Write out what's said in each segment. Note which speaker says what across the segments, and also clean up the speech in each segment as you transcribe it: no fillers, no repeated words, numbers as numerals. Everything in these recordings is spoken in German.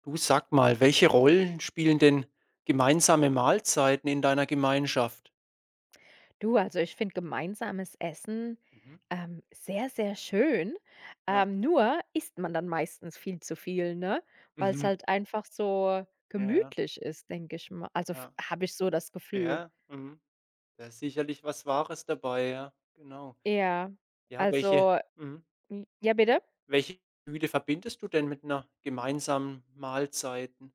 Speaker 1: Du sag mal, welche Rollen spielen denn gemeinsame Mahlzeiten in deiner Gemeinschaft?
Speaker 2: Du, also ich finde gemeinsames Essen,
Speaker 1: Mhm.
Speaker 2: sehr, sehr schön.
Speaker 1: Ja.
Speaker 2: Nur isst man dann meistens viel zu viel, ne? Weil es
Speaker 1: Mhm.
Speaker 2: halt einfach so
Speaker 1: Ja, ja,
Speaker 2: gemütlich ist, denke ich mal. Also
Speaker 1: ja.
Speaker 2: habe ich so das Gefühl.
Speaker 1: Ja, mhm. Da ist sicherlich was Wahres dabei, ja, genau.
Speaker 2: Ja,
Speaker 1: Ja, welche
Speaker 2: also
Speaker 1: mhm.
Speaker 2: ja, bitte?
Speaker 1: Welche Gefühle verbindest du denn mit einer gemeinsamen Mahlzeiten?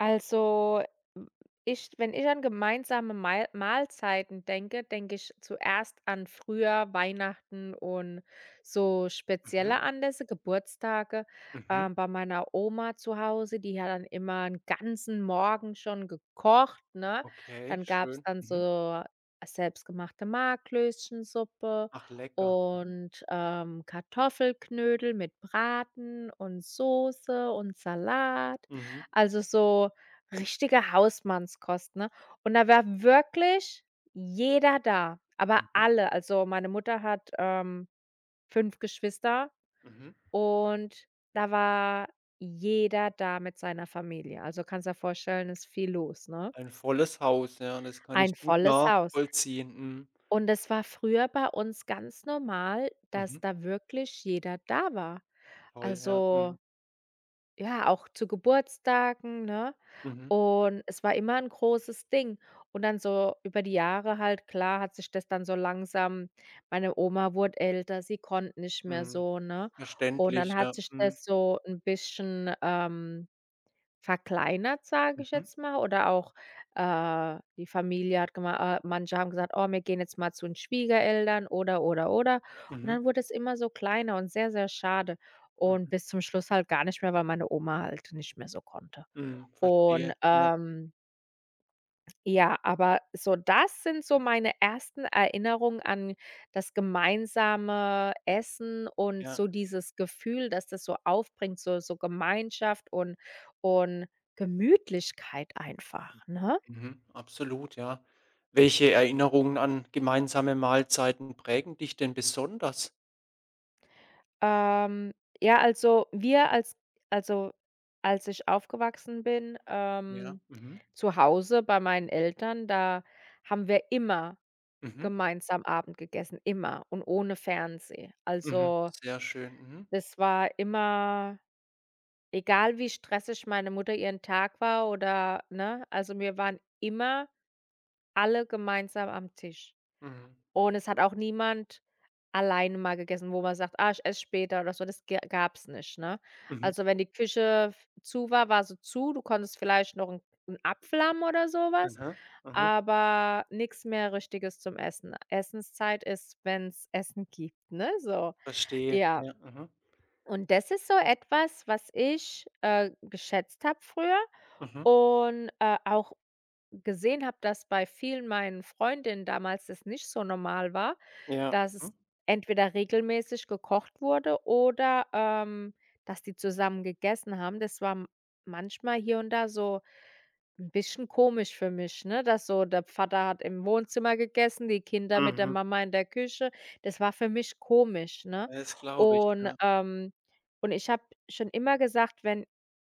Speaker 2: Also, m ich wenn ich an gemeinsame Mei Mahlzeiten denke, denke ich zuerst an früher, Weihnachten und so
Speaker 1: Mhm,
Speaker 2: spezielle Anlässe, Geburtstage,
Speaker 1: mhm.
Speaker 2: bei meiner Oma zu Hause. Die hat dann immer einen ganzen Morgen schon gekocht, ne?
Speaker 1: Okay,
Speaker 2: Dann gab's
Speaker 1: schön.
Speaker 2: dann
Speaker 1: Mhm.
Speaker 2: so selbstgemachte Marklöschensuppe
Speaker 1: Ach, lecker. Mhm.
Speaker 2: und, Kartoffelknödel mit Braten und Soße und Salat.
Speaker 1: Mhm,
Speaker 2: Also, so richtige Hausmannskost, ne? Und da war wirklich jeder da, aber
Speaker 1: mhm,
Speaker 2: alle. Also, meine Mutter hat, 5 Geschwister,
Speaker 1: mhm.
Speaker 2: und da war jeder da mit seiner Familie. Also, kannst dir vorstellen, ist viel los, ne?
Speaker 1: Ein volles Haus, ja, das kann
Speaker 2: Ein
Speaker 1: ich gut
Speaker 2: volles Haus.
Speaker 1: nachvollziehen. Mhm.
Speaker 2: Und es war früher bei uns ganz normal,
Speaker 1: Mhm.
Speaker 2: dass da wirklich jeder da war.
Speaker 1: Toll, ja, mhm.
Speaker 2: Also ja, auch zu Geburtstagen, ne?
Speaker 1: Mhm,
Speaker 2: Und es war immer ein großes Ding. Und dann so über die Jahre halt, klar, hat sich das dann so langsam, meine Oma wurde älter, sie konnte nicht mehr
Speaker 1: mhm.
Speaker 2: so, ne? Und
Speaker 1: Verständlich,
Speaker 2: dann
Speaker 1: ja.
Speaker 2: hat sich
Speaker 1: Mhm.
Speaker 2: das so ein bisschen, verkleinert, sage ich
Speaker 1: Mhm.
Speaker 2: jetzt mal, oder auch, die Familie hat gemacht, manche haben gesagt: „Oh, wir gehen jetzt mal zu den Schwiegereltern" oder, oder. Und
Speaker 1: Mhm.
Speaker 2: dann wurde es immer so kleiner und sehr, sehr schade, und
Speaker 1: Mhm.
Speaker 2: bis zum Schluss halt gar nicht mehr, weil meine Oma halt nicht mehr so konnte.
Speaker 1: Mhm.
Speaker 2: Und,
Speaker 1: Verstehe. Ja,
Speaker 2: ja, aber so das sind so meine ersten Erinnerungen an das gemeinsame Essen und
Speaker 1: ja.
Speaker 2: so dieses Gefühl, dass das so aufbringt, so Gemeinschaft und Gemütlichkeit einfach, ne?
Speaker 1: Mhm. Absolut, ja. Welche Erinnerungen an gemeinsame Mahlzeiten prägen dich denn besonders?
Speaker 2: Ähm, ja, also, wir als also, als ich aufgewachsen bin,
Speaker 1: Ja. Mhm.
Speaker 2: zu Hause bei meinen Eltern, da haben wir immer
Speaker 1: Mhm.
Speaker 2: gemeinsam Abend gegessen, immer und ohne Fernseh.
Speaker 1: Mhm.
Speaker 2: Also,
Speaker 1: Sehr schön. Mhm.
Speaker 2: das war immer, egal wie stressig meine Mutter ihren Tag war oder ne? Also, wir waren immer alle gemeinsam am Tisch.
Speaker 1: Mhm.
Speaker 2: Und es hat auch niemand alleine mal gegessen, wo man sagt: „Ah, ich esse später" oder so. Das g gab's nicht, ne?
Speaker 1: Mhm.
Speaker 2: Also, wenn die Küche f zu war, war sie zu. Du konntest vielleicht noch 'n Apfel haben oder sowas,
Speaker 1: Aha. Aha.
Speaker 2: aber nichts mehr Richtiges zum Essen. Essenszeit ist, wenn's Essen gibt, ne, so.
Speaker 1: Verstehe.
Speaker 2: Ja,
Speaker 1: Ja. Mhm.
Speaker 2: und das ist so etwas, was ich, geschätzt habe früher
Speaker 1: Mhm.
Speaker 2: und, auch gesehen habe, dass bei vielen meinen Freundinnen damals das nicht so normal war,
Speaker 1: Ja.
Speaker 2: dass es
Speaker 1: Mhm.
Speaker 2: entweder regelmäßig gekocht wurde oder, dass die zusammen gegessen haben. Das war m manchmal hier und da so ein bisschen komisch für mich, ne, dass so der Vater hat im Wohnzimmer gegessen, die Kinder mit der
Speaker 1: Mhm.
Speaker 2: Mama in der Küche. Das war für mich komisch, ne?
Speaker 1: Das glaube ich,
Speaker 2: Und,
Speaker 1: ja.
Speaker 2: ähm und ich habe schon immer gesagt, wenn,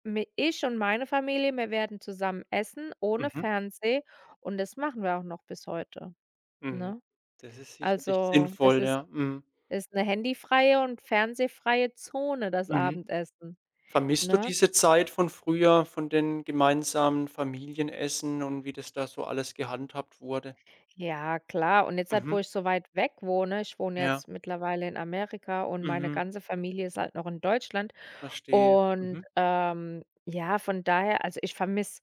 Speaker 2: Mi ich und meine Familie, wir werden zusammen essen ohne
Speaker 1: Mhm.
Speaker 2: Fernseh, und das machen wir auch noch bis heute,
Speaker 1: Mhm.
Speaker 2: ne?
Speaker 1: Das ist sicherlich
Speaker 2: Also, das
Speaker 1: sinnvoll,
Speaker 2: ist
Speaker 1: ja. Mhm.
Speaker 2: ist 'ne handyfreie und fernsehfreie Zone, das
Speaker 1: Mhm.
Speaker 2: Abendessen,
Speaker 1: Vermisst du
Speaker 2: ne?
Speaker 1: diese Zeit von früher, von den gemeinsamen Familienessen und wie das da so alles gehandhabt wurde?
Speaker 2: Ja, klar. Und jetzt halt, wo
Speaker 1: Mhm,
Speaker 2: ich so weit weg wohne,
Speaker 1: ja,
Speaker 2: jetzt mittlerweile in Amerika, und meine
Speaker 1: mhm,
Speaker 2: ganze Familie ist halt noch in Deutschland
Speaker 1: verstehe.
Speaker 2: und,
Speaker 1: Mhm,
Speaker 2: ja, von daher, also, ich vermisse,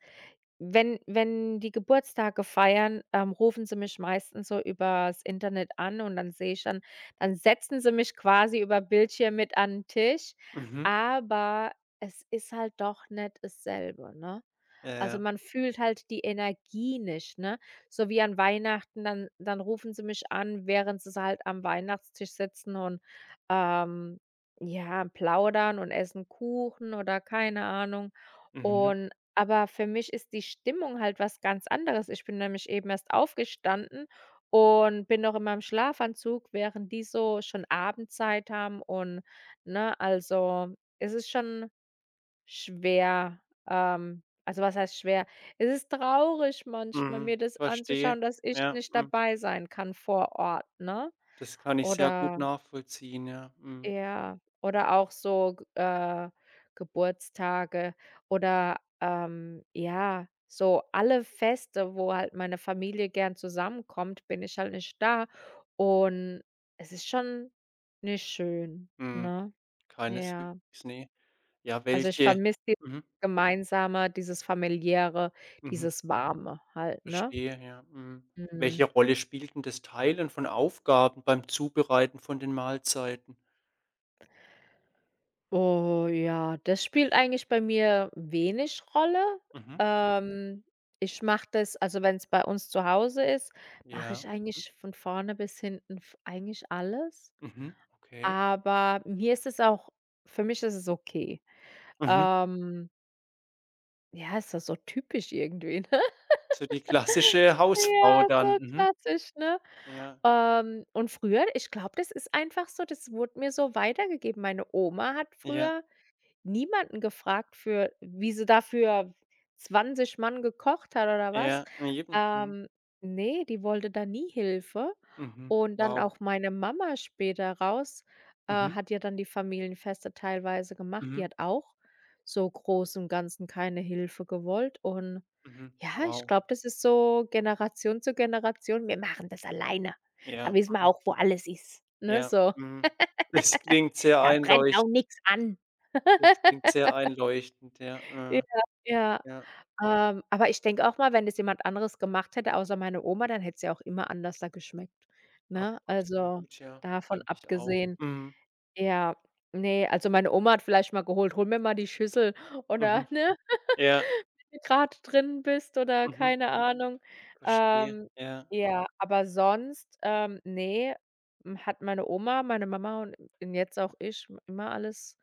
Speaker 2: wenn die Geburtstage feiern, rufen sie mich meistens so übers Internet an, und dann sehe ich dann setzen sie mich quasi über Bildschirm mit an den Tisch,
Speaker 1: mhm,
Speaker 2: aber es ist halt doch nicht dasselbe, ne?
Speaker 1: ja,
Speaker 2: Also,
Speaker 1: ja,
Speaker 2: man fühlt halt die Energie nicht, ne? So wie an Weihnachten, dann rufen sie mich an, während sie halt am Weihnachtstisch sitzen und, ähm, ja, plaudern und essen Kuchen oder keine Ahnung.
Speaker 1: mhm,
Speaker 2: Und aber für mich ist die Stimmung halt was ganz anderes. Ich bin nämlich eben erst aufgestanden und bin noch in meinem Schlafanzug, während die so schon Abendzeit haben und, ne, also, es ist schon schwer, also, was heißt schwer? Es ist traurig manchmal,
Speaker 1: mhm,
Speaker 2: mir das
Speaker 1: verstehe.
Speaker 2: anzuschauen, dass ich
Speaker 1: Ja,
Speaker 2: nicht
Speaker 1: mhm.
Speaker 2: dabei sein kann vor Ort, ne?
Speaker 1: Das kann ich sehr gut
Speaker 2: Oder
Speaker 1: nachvollziehen, ja. Mhm,
Speaker 2: ja, oder auch so, g Geburtstage oder, ja, so alle Feste, wo halt meine Familie gern zusammenkommt, bin ich halt nicht da, und es ist schon nicht schön,
Speaker 1: mhm,
Speaker 2: ne? Ja.
Speaker 1: keineswegs, ne. Ja,
Speaker 2: Also, ich
Speaker 1: welche
Speaker 2: vermisse dieses
Speaker 1: mhm,
Speaker 2: Gemeinsame, dieses Familiäre,
Speaker 1: mhm,
Speaker 2: dieses Warme halt, ne?
Speaker 1: verstehe, ja, mhm.
Speaker 2: Mhm.
Speaker 1: Welche Rolle spielt 'n das Teilen von Aufgaben beim Zubereiten von den Mahlzeiten?
Speaker 2: Oh ja, das spielt eigentlich bei mir wenig Rolle. Mhm.
Speaker 1: Mhm,
Speaker 2: Ähm, Ich mache das, also, wenn es bei uns zu Hause ist, mache
Speaker 1: ja,
Speaker 2: ich
Speaker 1: mhm.
Speaker 2: eigentlich von vorne bis hinten v eigentlich alles.
Speaker 1: Mhm, okay.
Speaker 2: Aber mir ist es auch, für mich ist es okay.
Speaker 1: Mhm.
Speaker 2: Ähm, ja, ist das so typisch irgendwie, ne?
Speaker 1: So die klassische Hausfrau
Speaker 2: Ja,
Speaker 1: dann.
Speaker 2: so
Speaker 1: Mhm.
Speaker 2: klassisch, ne?
Speaker 1: Ja,
Speaker 2: Und früher, ich glaube, das ist einfach so, das wurde mir so weitergegeben. Meine Oma hat
Speaker 1: ja,
Speaker 2: früher niemanden gefragt, für wie sie dafür 20 Mann gekocht hat oder was.
Speaker 1: ja, eben. Mhm,
Speaker 2: Ähm, ne, die wollte da nie Hilfe.
Speaker 1: mhm.
Speaker 2: Und dann
Speaker 1: Wow.
Speaker 2: auch meine Mama später raus,
Speaker 1: Mhm,
Speaker 2: hat ja dann die Familienfeste teilweise gemacht. Die
Speaker 1: mhm,
Speaker 2: hat auch so groß im Ganzen keine Hilfe gewollt. Und
Speaker 1: mhm.
Speaker 2: ja, ich
Speaker 1: Wow.
Speaker 2: glaube, das ist so Generation zu Generation: „Wir machen das alleine. Da
Speaker 1: Ja,
Speaker 2: wissen wir
Speaker 1: mhm,
Speaker 2: auch, wo alles ist." Ne,
Speaker 1: ja,
Speaker 2: so.
Speaker 1: mhm. Das klingt sehr
Speaker 2: Da brennt auch
Speaker 1: einleuchtend.
Speaker 2: nichts an.
Speaker 1: Das klingt sehr einleuchtend, ja,
Speaker 2: Ja, ja.
Speaker 1: ja,
Speaker 2: Aber ich denke auch mal, wenn das jemand anderes gemacht hätte, außer meine Oma, dann hätte es ja auch immer anders da geschmeckt,
Speaker 1: ab
Speaker 2: ne? Also,
Speaker 1: absolut, ja,
Speaker 2: davon
Speaker 1: denke ich auch.
Speaker 2: abgesehen,
Speaker 1: Mhm,
Speaker 2: ja, ne, also meine Oma hat vielleicht mal geholt: „Hol mir mal die Schüssel" oder
Speaker 1: mhm,
Speaker 2: ne?
Speaker 1: ja,
Speaker 2: Grad drin bist oder
Speaker 1: mhm,
Speaker 2: keine Ahnung.
Speaker 1: verstehe,
Speaker 2: Ähm,
Speaker 1: ja,
Speaker 2: ja, aber sonst, ne, hat meine Oma, meine Mama und jetzt auch ich immer alles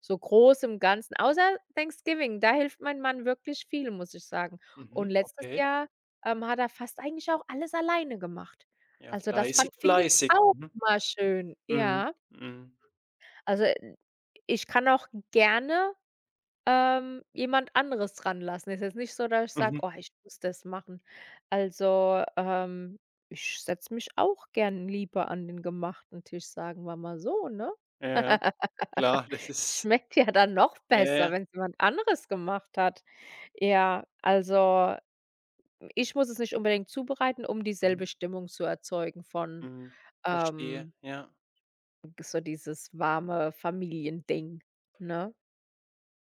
Speaker 2: so groß im Ganzen, außer Thanksgiving, da hilft mein Mann wirklich viel, muss ich sagen. Und
Speaker 1: mhm,
Speaker 2: letztes
Speaker 1: okay.
Speaker 2: Jahr, hat er fast eigentlich auch alles alleine gemacht.
Speaker 1: Ja,
Speaker 2: Also, das fand
Speaker 1: fleißig,
Speaker 2: finde ich
Speaker 1: fleißig.
Speaker 2: auch
Speaker 1: Mhm,
Speaker 2: immer schön,
Speaker 1: mhm,
Speaker 2: ja.
Speaker 1: mhm,
Speaker 2: Also, ich kann auch gerne, jemand anderes dran lassen. Ist jetzt nicht so, dass ich sage:
Speaker 1: mhm,
Speaker 2: „Oh, ich muss das machen." Also, ich setze mich auch gern lieber an den gemachten Tisch, sagen wir mal so, ne?
Speaker 1: ja. Klar, das ist
Speaker 2: Schmeckt ja dann noch
Speaker 1: ja, ja.
Speaker 2: besser, wenn's jemand anderes gemacht hat. Ja, also, ich muss es nicht unbedingt zubereiten, um
Speaker 1: Mhm,
Speaker 2: dieselbe Stimmung zu erzeugen von,
Speaker 1: mhm. Verstehe,
Speaker 2: ähm,
Speaker 1: ja.
Speaker 2: so dieses warme Familiending, ne?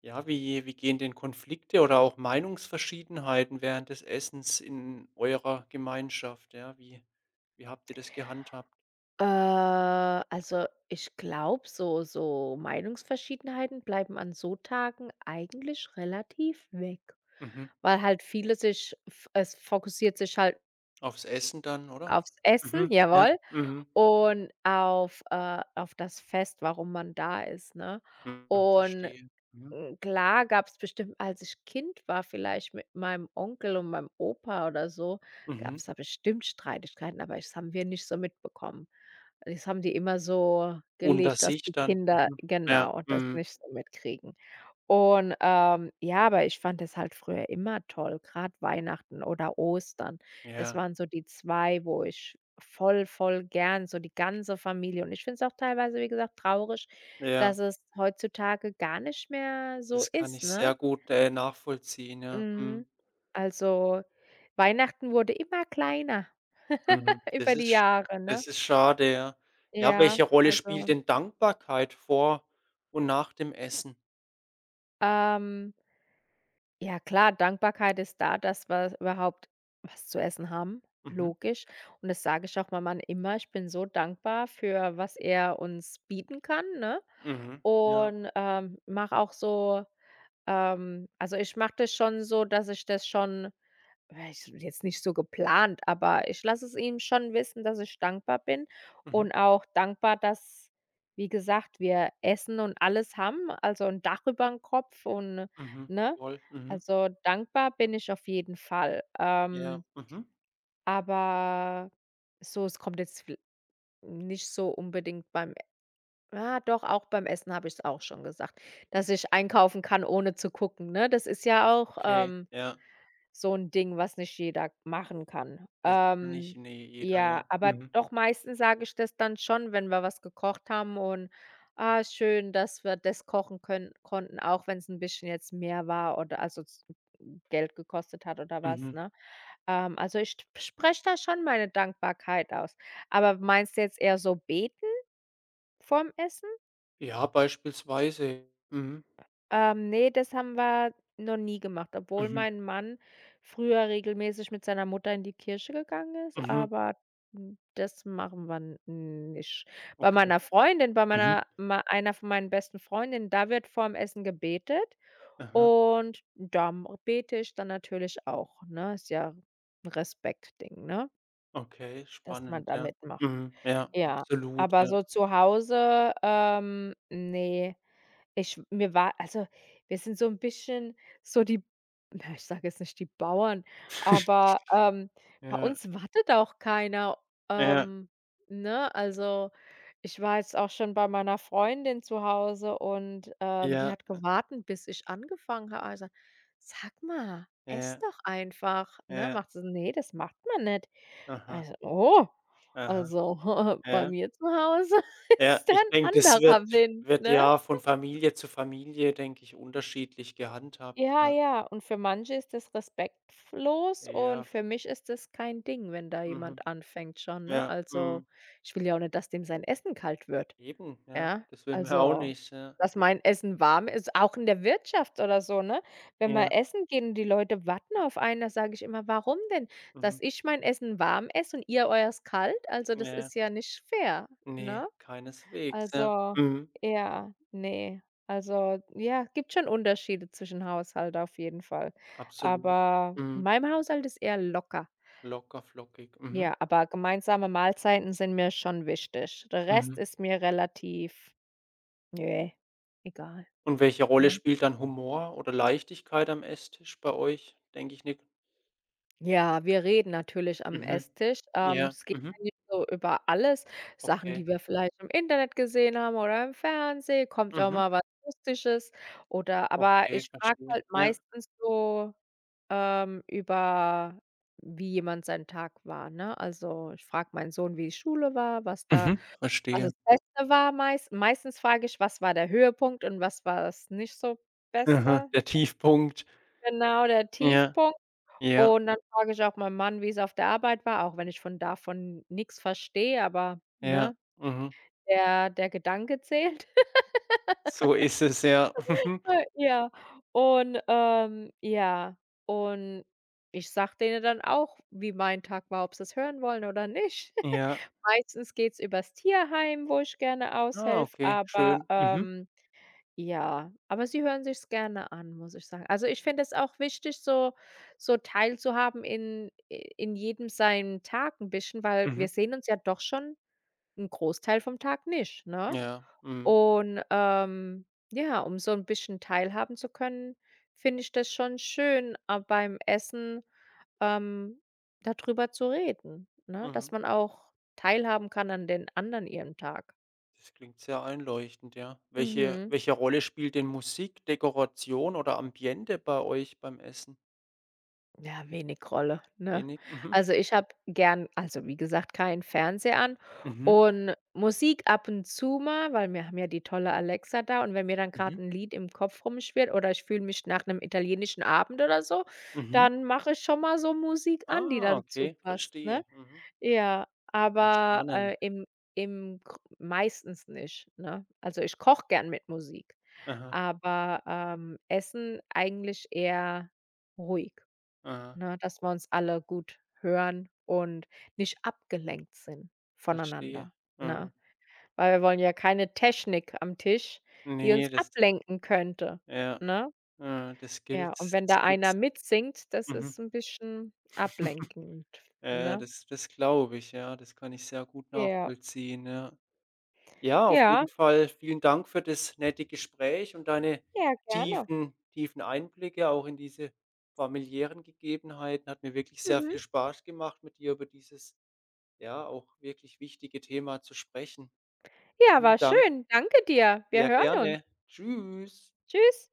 Speaker 1: Ja, wie gehen denn Konflikte oder auch Meinungsverschiedenheiten während des Essens in eurer Gemeinschaft, ja, wie habt ihr das gehandhabt?
Speaker 2: Also, ich glaube, so Meinungsverschiedenheiten bleiben an so Tagen eigentlich relativ weg,
Speaker 1: Mhm.
Speaker 2: weil halt viele sich, f es fokussiert sich halt
Speaker 1: Aufs Essen dann, oder?
Speaker 2: aufs Essen,
Speaker 1: Mhm, ja,
Speaker 2: jawohl,
Speaker 1: mhm,
Speaker 2: und auf das Fest, warum man da ist, ne?
Speaker 1: mhm,
Speaker 2: Und
Speaker 1: verstehe. Mhm.
Speaker 2: klar, gab es bestimmt, als ich Kind war, vielleicht mit meinem Onkel und meinem Opa oder so, gab
Speaker 1: Mhm.
Speaker 2: es da bestimmt Streitigkeiten, aber das haben wir nicht so mitbekommen. Das haben die immer so
Speaker 1: Unter
Speaker 2: gelegt, dass
Speaker 1: sich
Speaker 2: die
Speaker 1: dann,
Speaker 2: Kinder,
Speaker 1: mhm, ja,
Speaker 2: genau, das
Speaker 1: mhm,
Speaker 2: nicht so mitkriegen. Und, ja, aber ich fand es halt früher immer toll, gerade Weihnachten oder Ostern. Das
Speaker 1: ja,
Speaker 2: waren so die 2, wo ich voll, voll gern so die ganze Familie, und ich finde es auch teilweise, wie gesagt, traurig,
Speaker 1: ja,
Speaker 2: dass es heutzutage gar nicht mehr so
Speaker 1: das kann
Speaker 2: ist,
Speaker 1: ich
Speaker 2: ne?
Speaker 1: sehr gut, nachvollziehen, ja,
Speaker 2: Mhm.
Speaker 1: mhm.
Speaker 2: Also, Weihnachten wurde immer kleiner
Speaker 1: Mhm.
Speaker 2: über die Jahre, ne?
Speaker 1: Das ist schade, ja. Ja,
Speaker 2: Ja,
Speaker 1: welche Rolle spielt
Speaker 2: also,
Speaker 1: denn Dankbarkeit vor und nach dem Essen?
Speaker 2: ähm, ja klar, Dankbarkeit ist da, dass wir überhaupt was zu essen haben,
Speaker 1: Mhm,
Speaker 2: logisch. Und das sage ich auch meinem Mann immer, ich bin so dankbar für was er uns bieten kann, ne?
Speaker 1: mhm, ja,
Speaker 2: Und, mache auch so, also, ich mache das schon so, dass ich das schon, ich jetzt nicht so geplant, aber ich lasse es ihn schon wissen, dass ich dankbar bin,
Speaker 1: mhm,
Speaker 2: und auch dankbar, dass, wie gesagt, wir Essen und alles haben, also ein Dach über dem Kopf und,
Speaker 1: mhm,
Speaker 2: ne?
Speaker 1: voll, mhm,
Speaker 2: Also, dankbar bin ich auf jeden Fall.
Speaker 1: ja, mhm,
Speaker 2: Aber so, es kommt jetzt viel nicht so unbedingt beim, doch, auch beim Essen habe ich es auch schon gesagt, dass ich einkaufen kann, ohne zu gucken, ne? Das ist ja auch,
Speaker 1: okay, ja,
Speaker 2: so 'n Ding, was nicht jeder machen kann.
Speaker 1: das kann nicht ne, jeder, ja.
Speaker 2: Ja, aber
Speaker 1: Mhm,
Speaker 2: doch meistens sage ich das dann schon, wenn wir was gekocht haben und: „Ah, schön, dass wir das kochen können konnten“, auch wenn's 'n bisschen jetzt mehr war, oder also z Geld gekostet hat oder was,
Speaker 1: mhm.
Speaker 2: ne? Also, ich t spreche da schon meine Dankbarkeit aus. Aber meinst du jetzt eher so beten vorm Essen?
Speaker 1: Ja, beispielsweise. Mhm,
Speaker 2: Ne, das haben wir noch nie gemacht, obwohl
Speaker 1: mhm,
Speaker 2: mein Mann früher regelmäßig mit seiner Mutter in die Kirche gegangen ist,
Speaker 1: mhm,
Speaker 2: aber, das machen wir n nicht. Bei
Speaker 1: okay,
Speaker 2: meiner Freundin, bei
Speaker 1: mhm,
Speaker 2: meiner mei einer von meinen besten Freundinnen, da wird vorm Essen gebetet,
Speaker 1: aha,
Speaker 2: und da m bete ich dann natürlich auch, ne? Ist ja 'n Respektding, ne,
Speaker 1: okay,
Speaker 2: dass
Speaker 1: spannend,
Speaker 2: man da
Speaker 1: ja.
Speaker 2: mitmacht.
Speaker 1: Mhm, ja,
Speaker 2: Ja,
Speaker 1: absolut,
Speaker 2: aber
Speaker 1: ja.
Speaker 2: so zu Hause, ne. Ich mir war also, wir sind so 'n bisschen so die, na, ich sage jetzt nicht die Bauern, aber, bei
Speaker 1: Ja,
Speaker 2: uns wartet auch keiner,
Speaker 1: ja,
Speaker 2: ähm, ne? Also, ich war jetzt auch schon bei meiner Freundin zu Hause und, die
Speaker 1: ja,
Speaker 2: hat gewartet, bis ich angefangen habe. Also: „Sag mal, ess
Speaker 1: ja,
Speaker 2: doch einfach", ne?
Speaker 1: ja,
Speaker 2: Macht sie so: „Ne, das macht man nicht."
Speaker 1: aha,
Speaker 2: Also: „Oh,
Speaker 1: aha,
Speaker 2: also, bei
Speaker 1: ja.
Speaker 2: mir zu Hause
Speaker 1: Ja,
Speaker 2: ist da
Speaker 1: ich
Speaker 2: 'n
Speaker 1: denke, das
Speaker 2: anderer
Speaker 1: wird
Speaker 2: Wind",
Speaker 1: wird
Speaker 2: ne?
Speaker 1: ja von Familie zu Familie, denke ich, unterschiedlich gehandhabt,
Speaker 2: Ja,
Speaker 1: ja.
Speaker 2: ja, und für manche ist das respektlos, und
Speaker 1: Ja,
Speaker 2: für mich ist das kein Ding, wenn da
Speaker 1: mhm,
Speaker 2: jemand anfängt schon, ne?
Speaker 1: ja,
Speaker 2: Also,
Speaker 1: mhm,
Speaker 2: ich will ja auch nicht, dass dem sein Essen kalt wird,
Speaker 1: eben, ja.
Speaker 2: ja?
Speaker 1: Das will man auch
Speaker 2: Also,
Speaker 1: nicht, ja.
Speaker 2: dass mein Essen warm ist, auch in der Wirtschaft oder so, ne? Wenn wir
Speaker 1: Ja,
Speaker 2: essen gehen und die Leute warten auf einen, da sage ich immer: „Warum denn? Dass
Speaker 1: mhm,
Speaker 2: ich mein Essen warm esse und ihr eures kalt? Also, das
Speaker 1: ja.
Speaker 2: ist ja nicht fair",
Speaker 1: Ne,
Speaker 2: ne?
Speaker 1: keineswegs, ja.
Speaker 2: Also,
Speaker 1: Mhm,
Speaker 2: ja, ne. Also, ja, gibt schon Unterschiede zwischen Haushalt auf jeden Fall.
Speaker 1: absolut.
Speaker 2: Aber in
Speaker 1: Mhm,
Speaker 2: meinem Haushalt ist eher locker.
Speaker 1: locker, flockig. Mhm,
Speaker 2: Ja, aber gemeinsame Mahlzeiten sind mir schon wichtig. Der
Speaker 1: mhm.
Speaker 2: Rest ist mir relativ, nee, egal,
Speaker 1: Und welche Rolle
Speaker 2: ne?
Speaker 1: spielt dann Humor oder Leichtigkeit am Esstisch bei euch? Denke ich nicht.
Speaker 2: Ja, wir reden natürlich am
Speaker 1: Mhm,
Speaker 2: Esstisch.
Speaker 1: ja,
Speaker 2: Es geht
Speaker 1: mhm,
Speaker 2: eigentlich so über alles. Sachen,
Speaker 1: okay,
Speaker 2: die wir vielleicht im Internet gesehen haben oder im Fernsehen, kommt auch
Speaker 1: mhm,
Speaker 2: mal was Lustiges, oder aber
Speaker 1: okay,
Speaker 2: ich frage
Speaker 1: verstehe,
Speaker 2: halt
Speaker 1: ja,
Speaker 2: meistens so, über wie jemand sein Tag war, ne? Also, ich frage meinen Sohn, wie die Schule war, was da,
Speaker 1: mhm,
Speaker 2: was
Speaker 1: verstehe.
Speaker 2: das Beste war, meistens frage ich: „Was war der Höhepunkt und was war das nicht so
Speaker 1: Aha,
Speaker 2: Beste?"
Speaker 1: der Tiefpunkt.
Speaker 2: Genau, der
Speaker 1: Ja,
Speaker 2: Tiefpunkt.
Speaker 1: ja,
Speaker 2: Und dann frage ich auch meinen Mann, wie es auf der Arbeit war, auch wenn ich von davon nix verstehe, aber,
Speaker 1: ja.
Speaker 2: ne,
Speaker 1: Mhm.
Speaker 2: der Gedanke zählt.
Speaker 1: So ist es, ja. Mhm.
Speaker 2: Ja, und, ja, und ich sag denen dann auch, wie mein Tag war, ob sie es hören wollen oder nicht.
Speaker 1: Ja.
Speaker 2: Meistens geht's übers Tierheim, wo ich gerne
Speaker 1: Ah,
Speaker 2: aushelfe,
Speaker 1: okay,
Speaker 2: aber,
Speaker 1: schön. Mhm,
Speaker 2: ja, aber sie hören sich's gerne an, muss ich sagen. Also, ich finde es auch wichtig, so teilzuhaben in jedem seinen Tag ein bisschen, weil
Speaker 1: mhm.
Speaker 2: wir sehen uns ja doch schon einen Großteil vom Tag nicht, ne?
Speaker 1: Ja, mhm,
Speaker 2: Und, ja, um so ein bisschen teilhaben zu können, finde ich das schon schön, beim Essen, ähm, da zu reden, ne?
Speaker 1: mhm.
Speaker 2: Dass man auch teilhaben kann an den anderen ihrem Tag.
Speaker 1: Das klingt sehr einleuchtend, ja. Welche
Speaker 2: Mhm.
Speaker 1: welche Rolle spielt denn Musik, Dekoration oder Ambiente bei euch beim Essen?
Speaker 2: Ja, wenig Rolle, ne?
Speaker 1: Wenig? Mhm,
Speaker 2: Also, ich habe gern, also, wie gesagt, keinen Fernseher an,
Speaker 1: mhm,
Speaker 2: und Musik ab und zu mal, weil wir haben ja die tolle Alexa da, und wenn mir dann
Speaker 1: mhm,
Speaker 2: gerade ein Lied im Kopf rumschwirrt oder ich fühle mich nach einem italienischen Abend oder so,
Speaker 1: mhm.
Speaker 2: dann mache ich schon mal so Musik an, die
Speaker 1: Ah,
Speaker 2: dazu
Speaker 1: okay,
Speaker 2: passt, ne?
Speaker 1: verstehe. Mhm.
Speaker 2: Ja,
Speaker 1: Ja,
Speaker 2: aber,
Speaker 1: spannend.
Speaker 2: im im gr meistens nicht, ne? Also, ich koche gern mit Musik,
Speaker 1: Aha,
Speaker 2: aber, Essen eigentlich eher ruhig.
Speaker 1: aha,
Speaker 2: Ne, dass wir uns alle gut hören und nicht abgelenkt sind
Speaker 1: verstehe.
Speaker 2: voneinander, ne?
Speaker 1: Mhm.
Speaker 2: Weil wir wollen ja keine Technik am Tisch, die uns
Speaker 1: Ne, das
Speaker 2: ablenken könnte,
Speaker 1: Ja,
Speaker 2: ne?
Speaker 1: äh, das gilt
Speaker 2: Ja, und wenn
Speaker 1: das
Speaker 2: da
Speaker 1: gilt
Speaker 2: einer mitsingt, das
Speaker 1: mhm.
Speaker 2: ist ein bisschen ablenkend,
Speaker 1: Ja,
Speaker 2: ne?
Speaker 1: das glaube ich, ja. Das kann ich sehr gut
Speaker 2: Ja.
Speaker 1: nachvollziehen, ja. Ja, auf
Speaker 2: Ja,
Speaker 1: jeden Fall vielen Dank für das nette Gespräch und deine
Speaker 2: ja, gerne.
Speaker 1: tiefen Einblicke auch in diese familiären Gegebenheiten. Hat mir wirklich sehr
Speaker 2: Mhm.
Speaker 1: viel Spaß gemacht, mit dir über dieses, ja, auch wirklich wichtige Thema zu sprechen.
Speaker 2: Ja,
Speaker 1: Vielen
Speaker 2: war
Speaker 1: Dank.
Speaker 2: schön. Danke dir. Wir
Speaker 1: Ja,
Speaker 2: hören uns.
Speaker 1: gerne. Tschüss.
Speaker 2: Tschüss.